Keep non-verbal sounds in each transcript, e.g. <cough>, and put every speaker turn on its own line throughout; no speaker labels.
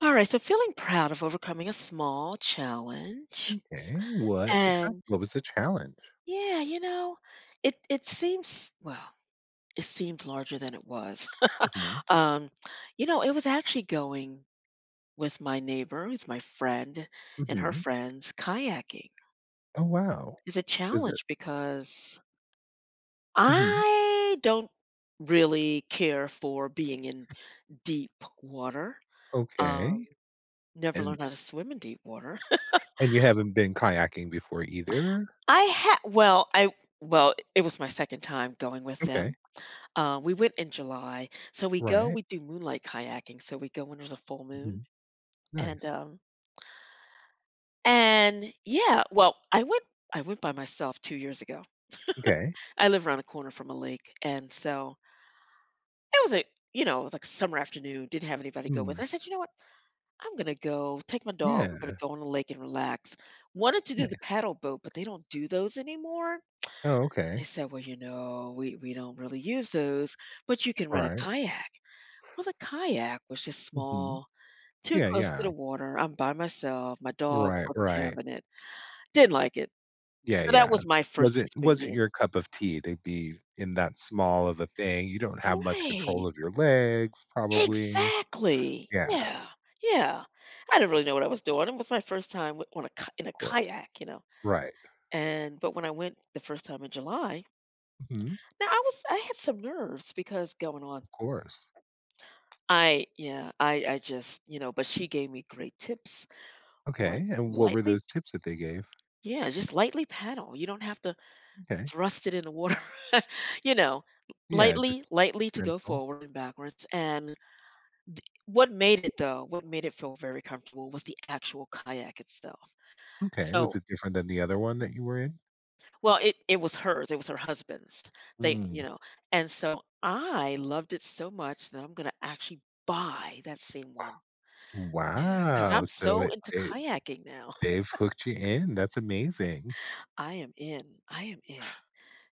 All right, so feeling proud of overcoming a small challenge.
Okay,
And
what was the challenge?
yeah, it it seems well, it seemed larger than it was. <laughs>
Mhm,
Um, it was actually going with my neighbor, who's my friend, and her
mhm.
friends kayaking.
Oh, wow.
It's a
Is it
challenge because
mhm,
I don't really care for being in deep water. Um,
okay,
Never
and
learned how to swim in deep water.
and you haven't been kayaking before either?
I had well, I well, it was my second time going with them.
Okay,
We went in July, so we go.
right,
We do moonlight kayaking, so we go when there's a full moon,
mhm,
and
nice,
and yeah, well, I went by myself 2 years ago.
okay,
I live around a corner from a lake, and so it was a it was like a summer afternoon. Didn't have anybody to go with. I
mm,
said, you know what, I'm gonna go take my dog. We're gonna
yeah,
go on the lake and relax. Wanted to do the
nice.
paddle boat, but they don't do those anymore.
Oh,
They
okay,
said, "Well, we don't really use those, but you can rent a
right,
kayak." Well, the kayak was just
mhm,
small, too
yeah,
close to
yeah,
the water. I'm by myself. My dog
right,
wasn't
right,
having it. Didn't like it.
yeah,
So that
yeah.
was my
Was
first
it was it
experience.
your cup of tea to be in that small of a thing, you don't have much
Right.
control of your legs, probably.
Exactly.
Yeah,
Yeah. Yeah. I didn't really know what I was doing. It was my first time in a
of course,
kayak,
right,
And but when I went the first time in July,
mhm.
now I had some nerves because going on
Of course.
I yeah, I just, but she gave me great tips on
Okay, and what were
lightly
those tips that they gave?
yeah, just lightly paddle. You don't have to
Okay.
thrust it in the water. <laughs> you know,
Yeah, just
lightly, lightly to go
gentle.
forward and backwards. And what made it feel very comfortable was the actual kayak itself.
Okay, was
So,
it different than the other one that you were in?
well, it was hers, it was her husband's. They, you
Mm.
know, and so I loved it so much that I'm going to actually buy that same one. Yeah, cuz
Wow,
I'm
so
so
it
into
it
kayaking now.
they've hooked you in, that's amazing.
I am in, I am in.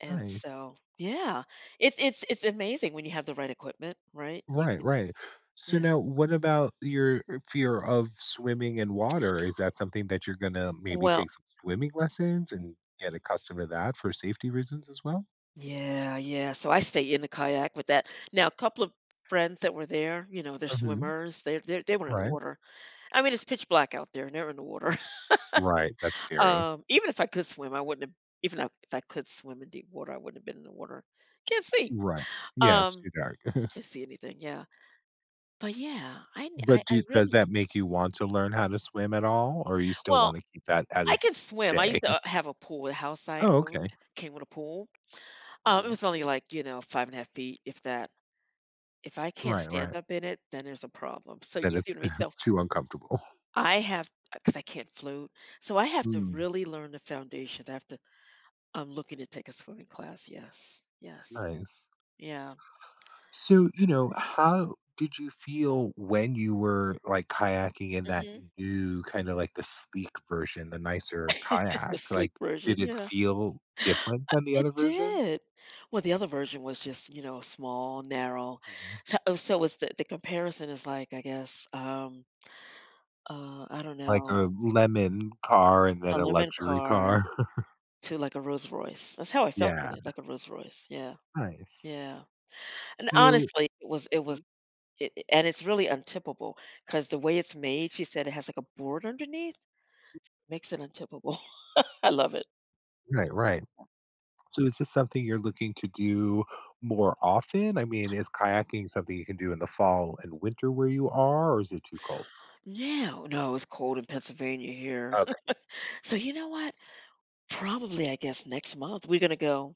And
Nice.
so, yeah, it's amazing when you have the right equipment, right? You
Right,
can
right. So
Yeah.
now what about your fear of swimming in water? Is that something that you're gonna maybe
Well,
take some swimming lessons and get accustomed to that for safety reasons as well?
yeah, yeah. So I stay in the kayak with that. Now, a couple of friends that were there, they're
Mhm.
swimmers. They were in the
Right.
water. I mean, it's pitch black out there, and they're in the water. <laughs>
Right, that's scary.
Even if I could swim, I wouldn't have. Even if I could swim in deep water, I wouldn't have been in the water. Can't see.
Right. Yeah, it's
Um,
too dark. <laughs>
can't see anything. Yeah, but yeah,
But do
I
does
really
that make you want to learn how to swim at all, or you still
well.
wanna keep that at
I can
its
swim. I
day?
used to,
<laughs>
have a pool. The house I
Oh,
owned
okay.
came with a pool. It
Mhm.
was only like, 5.5 feet, if that. If I can't
Right,
stand
right.
up in it, then there's a problem. So
Then
you see
it's
what I mean?
<laughs>
So
it's too uncomfortable.
I have, because I can't float, so I have to
Mm,
really learn the foundations. I'm looking to take a swimming class. Yes, yes.
nice.
Yeah.
So, you know, how did you feel when you were, like, kayaking in that
Mhm.
new kinda like the sleek version, the nicer
<laughs> The
kayak?
sleek
Like, did
version,
it
yeah.
feel different than the
It
other version?
did. Well, the other version was just, small, narrow.
Mhm.
So it's the comparison is like, I guess, I don't
Like
know,
a lemon car and then
a
a
lemon
luxury
car
car? <laughs>
to like a Rolls Royce. That's how I felt with
Yeah,
it, like a Rolls Royce. Yeah,
nice.
yeah. And
So
honestly, it was, it was, it- and it's really untippable because the way it's made, she said it has like a board underneath, makes it untippable. <laughs> I love it.
right, right. So is this something you're looking to do more often? I mean, is kayaking something you can do in the fall and winter where you are, or is it too cold?
No, no, it's cold in Pennsylvania here.
Okay.
<laughs> So you know what? Probably, I guess, next month, we're gonna go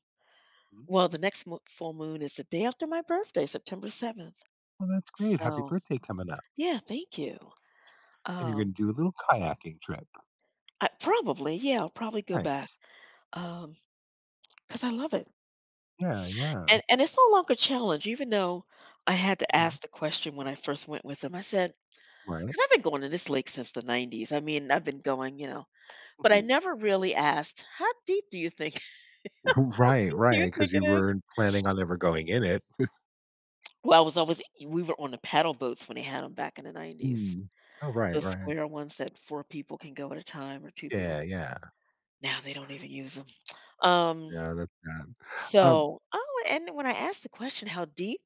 Mhm.
well, the next mo full moon is the day after my birthday, September 7th.
Well, that's great. Happy
So
birthday coming up.
yeah, thank you.
And you're
Um,
going to do a little kayaking trip.
yeah, I'll probably go back,
Nice.
um, because I love it.
Yeah, yeah.
And it's no longer a challenge, even though I had to
Mhm.
ask the question when I first went with them. I said
Right.
because 'cause I've been going to this lake since the '90s. I mean, I've been going, but I
Mhm.
never really asked, "How deep do you think <laughs>
<laughs> right,
do you
right.
think
Because
it
you
is?"
weren't planning on ever going in it.
Well, I was always we were on the paddle boats when they had them back in the '90s.
Mm. Oh,
The
right, right.
square ones that 4 people can go at a time or 2 people.
Yeah, yeah.
Now they don't even use 'em. Um,
Yeah, that's bad. Um,
and when I asked the question, "How deep?"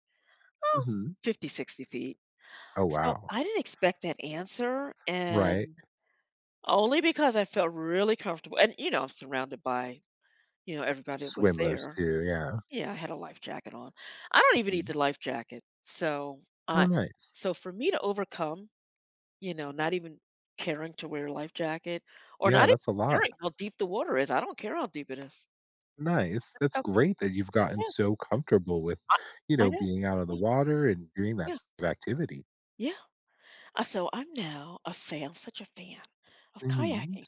"Oh,
mhm.
50, 60 feet."
Oh,
So
wow.
I didn't expect that answer,
Right.
and only because I felt really comfortable and, I'm surrounded by, everybody that was
Swimmers,
there.
too. Yeah.
Yeah, I had a life jacket on. I don't even need
Mhm.
the life jacket. So,
Oh,
I
nice.
so for me to overcome, not even caring to wear a life jacket or
Yeah,
not even
that's a lot.
caring how deep the water is. I don't care how deep it is.
Nice.
That's
That's
so
great that you've gotten
Yeah,
so comfortable with,
I
you
I
know,
know.
being out of the
Yeah,
water and doing that
yeah,
sort of activity.
yeah. So I'm now a fan. I'm such a fan of
Mhm.
kayaking.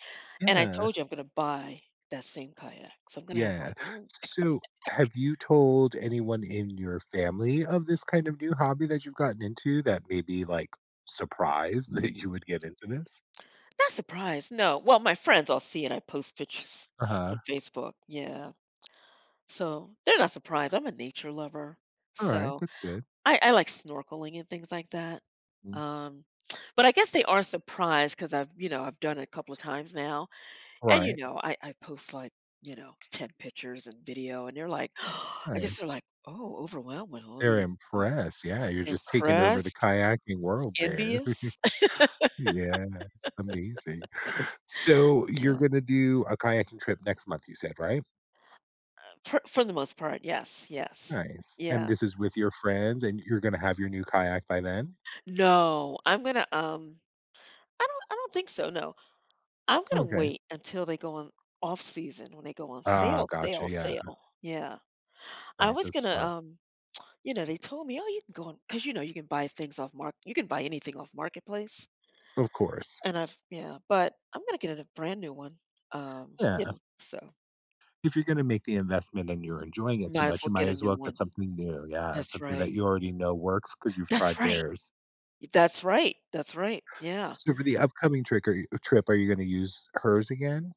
And I
Yeah.
told you I'm gonna buy that same kayak. So I'm gonna have my
Yeah.
own <laughs>
So,
kayak.
have you told anyone in your family of this kind of new hobby that you've gotten into that may be, like, surprised <laughs> that you would get into this?
Not surprised, no. Well, my friends all see it. I post pictures <laughs>
Uh-huh.
on Facebook. Yeah. So they're not surprised. I'm a nature lover.
Alright,
So
that's good.
I like snorkeling and things like that.
Mm.
Um, but I guess they are surprised because I've done it a couple of times now. And,
Right.
I post like, 10 pictures and video, and they're like, <gasps> I guess they're
Nice.
like, oh, overwhelmed with all
They're
these, you know,
impressed. Yeah, you're just taking over the
impressed,
kayaking world there.
envious.
<laughs>
<laughs>
Yeah. Amazing. So you're
Yeah.
gonna do a kayaking trip next month, you said, right?
For the most part. Yes. Yes.
Nice. And
Yeah.
this is with your friends, and you're gonna have your new kayak by then?
No, I don't think so. No, I'm going to
Okay.
wait until they go on off season when they go on
Ah,
sale,
gotcha,
sale,
yeah.
sale. Yeah. I
Nice,
was
that's
gonna,
smart.
you know, they told me, "Oh, you can go on," because you know you can buy things you can buy anything off marketplace.
Of course.
And yeah, but I'm gonna get a brand new one.
Yeah.
So
If you're gonna make the investment and you're enjoying it so
might as
much, you
well get
might
a
as
new
well
one.
get something new. Yeah, it's
That's
something
right.
that you already know works because 'cause you've
That's
tried
right.
theirs.
That's right. That's right. Yeah.
So for the upcoming trick or trip, are you gonna use hers again?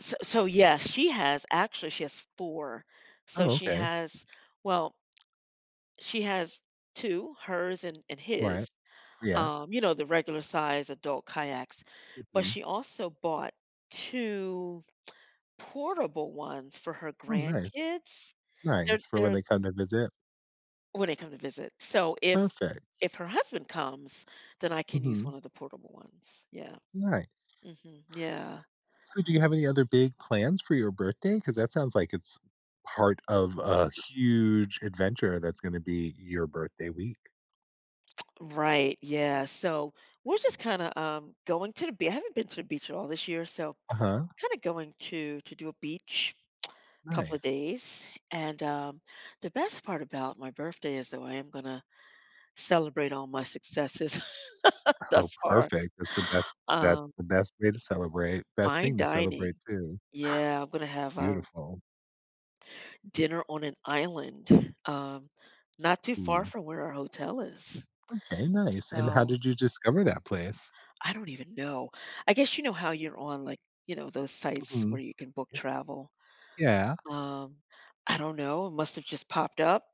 So, yes, she has four. So
Oh,
she
okay.
has, well, she has two, hers and
Right.
his,
Yeah.
the regular size adult kayaks. But
Mhm.
she also bought two portable ones for her
Oh, nice.
grandkids. They're
Nice, for when
they're
they come to visit.
when they come to visit. So if
Perfect.
if her husband comes, then I can use
Mhm.
one of the portable ones. Yeah.
Nice.
Hmm. Yeah.
So do you have any other big plans for your birthday? Because that sounds like it's part of a huge adventure that's gonna be your birthday week.
Right. Yeah. So we're just kind of going to the beach. I haven't been to the beach at all this year, so
Uh-huh,
kind of going to do a beach couple of
nice.
days. And the best part about my birthday is, though, I am gonna celebrate all my successes <laughs>
Oh,
thus far.
perfect. That's the best that's
Um,
the best way to celebrate, best
Fine
thing to celebrate
dining.
too.
Yeah, I'm gonna have, a
Beautiful.
dinner on an island, not too far
Ooh,
from where our hotel is.
okay, nice, and how
So,
did you discover that place?
I don't even know. I guess you know how you're on, like, those sites where
Mhm.
you can book travel.
Yeah.
Um, I don't know, it must have just popped up.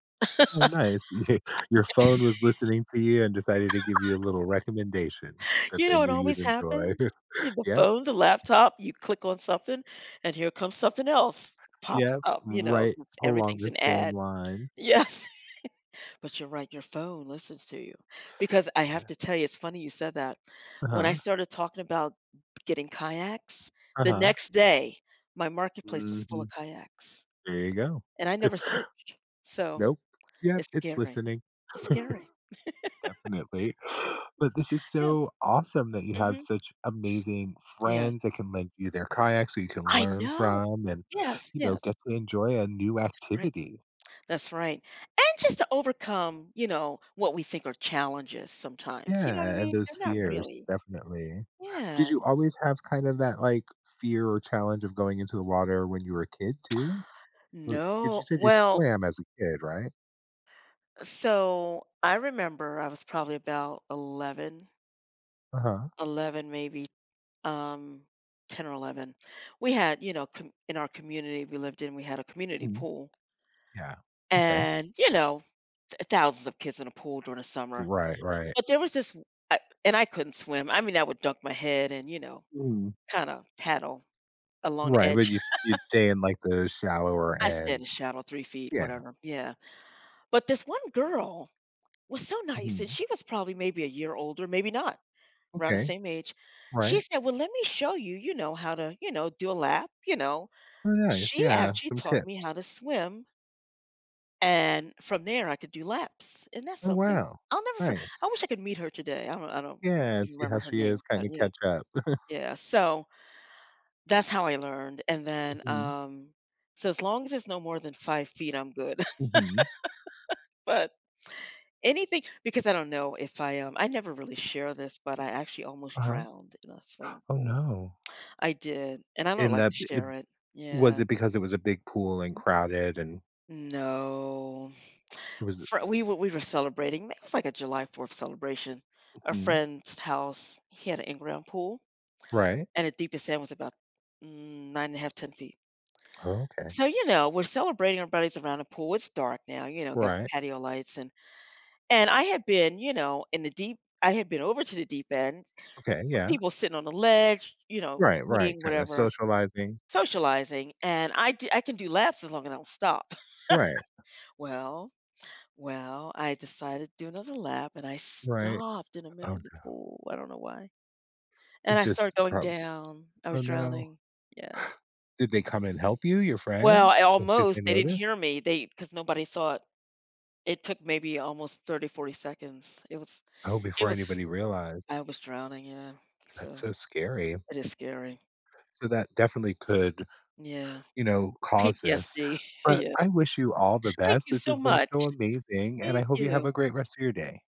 Oh, nice. <laughs> your phone was listening to you and decided to give you a little recommendation
<laughs>
that
You
they
know, it
knew you'd
always
enjoy.
happens. You
<laughs>
The
Yep.
phone, the laptop, you click on something, and here comes something else pops
Yep,
up,
right along
everything's
the
an
same
ad.
lines.
Yes. <laughs> But you're right, your phone listens to you. Because I have
Yeah.
to tell you, it's funny you said that. When I
Uh-huh,
started talking about getting kayaks, the
uh-huh.
next day my marketplace was full of
Mhm.
kayaks,
There you go.
and I never searched. So
Nope. Yep,
it's
it's
scary.
listening,
It's scary.
definitely. <gasps> But this is
Yeah.
so awesome that you have
Hmm.
such amazing
Yeah.
friends that can lend you their kayaks so you can
I
learn
know.
from and,
Yes.
you know,
Yes.
get to enjoy a new
That's right.
activity.
That's right. And just to overcome, what we think are challenges sometimes. You know what I
Yeah, and
mean?
those
They're not
fears,
really.
definitely. Did
Yeah.
you always have kind of that, like, fear or challenge of going into the water when you were a kid too? Because you
No.
said you
Well,
swam as a kid, right?
so I remember I was probably about 11,
Uh-huh.
11 maybe, um, 10 or 11. We had, in our community we lived in, we had a community
Mhm.
pool.
Yeah. Okay.
And, thousands of kids in a pool during the summer.
Right, right.
But there was this, I, and I couldn't swim. I mean, I would dunk my head and,
Mhm.
kind of paddle along the
Right, but
edge.
you'd stay in, like, the shallower
<laughs> I stand in
end.
shadow 3 feet,
Yeah.
whatever. Yeah. But this one girl was so nice. And
Mhm.
she was probably maybe a year older, maybe not around the
Okay.
same age. She
Right.
said, "Well, let me show you, how to, do a lap," you know.
Oh, nice,
She
yeah,
actually
some tip.
taught me how to swim, and from there, I could do laps. Isn't that
Oh,
something?
wow.
I'll never for I
Nice.
wish I could meet her today. I don't
Yeah, and
even
see
remember
how
her
she
name,
is,
but
kinda
yeah.
catch up. <laughs>
Yeah, so that's how I learned, and then,
Mhm.
so as long as it's no more than 5 feet, I'm good. <laughs>
Mhm.
But anything because I don't know if I, I never really share this, but I actually almost
Uh-huh.
drowned in a swimming
Oh,
pool.
no.
I did, and I don't
And
like to
that it
share it.
was
Yeah.
it because it was a big pool and crowded and
No.
it was
Fr we were celebrating, it was like a July 4th celebration. A
Mhm.
friend's house, he had an in-ground pool,
Right.
and the deepest end was about, 9 and a half, 10 feet.
Oh, okay.
So, we're celebrating, everybody's around the pool, it's dark now, got the
Right.
patio lights, and I had been, you know, in the deep I had been over to the deep end,
Okay, yeah.
people sitting on the ledge,
Right, right,
eating,
kinda
whatever,
socializing.
socializing, and I can do laps as long as I don't stop. <laughs>
Right,
Well Well, I decided to do another lap, and I
right.
stopped in the
Oh,
middle of the
no.
pool. I don't know why. And
It
I
just
started going
prob
down. I was
oh, no.
drowning. Yeah.
Did they come and help you, your
Well, I
friends? Like, did they
almost they didn't
notice?
hear me. They because nobody thought it took maybe almost 30, 40 seconds.
Oh,
It
before
was
anybody realized.
I was drowning, yeah.
That's
So
so scary.
it is scary.
So that definitely
Yeah.
could,
Yeah.
you know, cause this.
PTSD. <laughs>
But
Yeah.
I wish you all the
Thank
best.
you
This
so
has been so
much.
amazing, and I
Thank
hope you have
you.
a great rest of your day.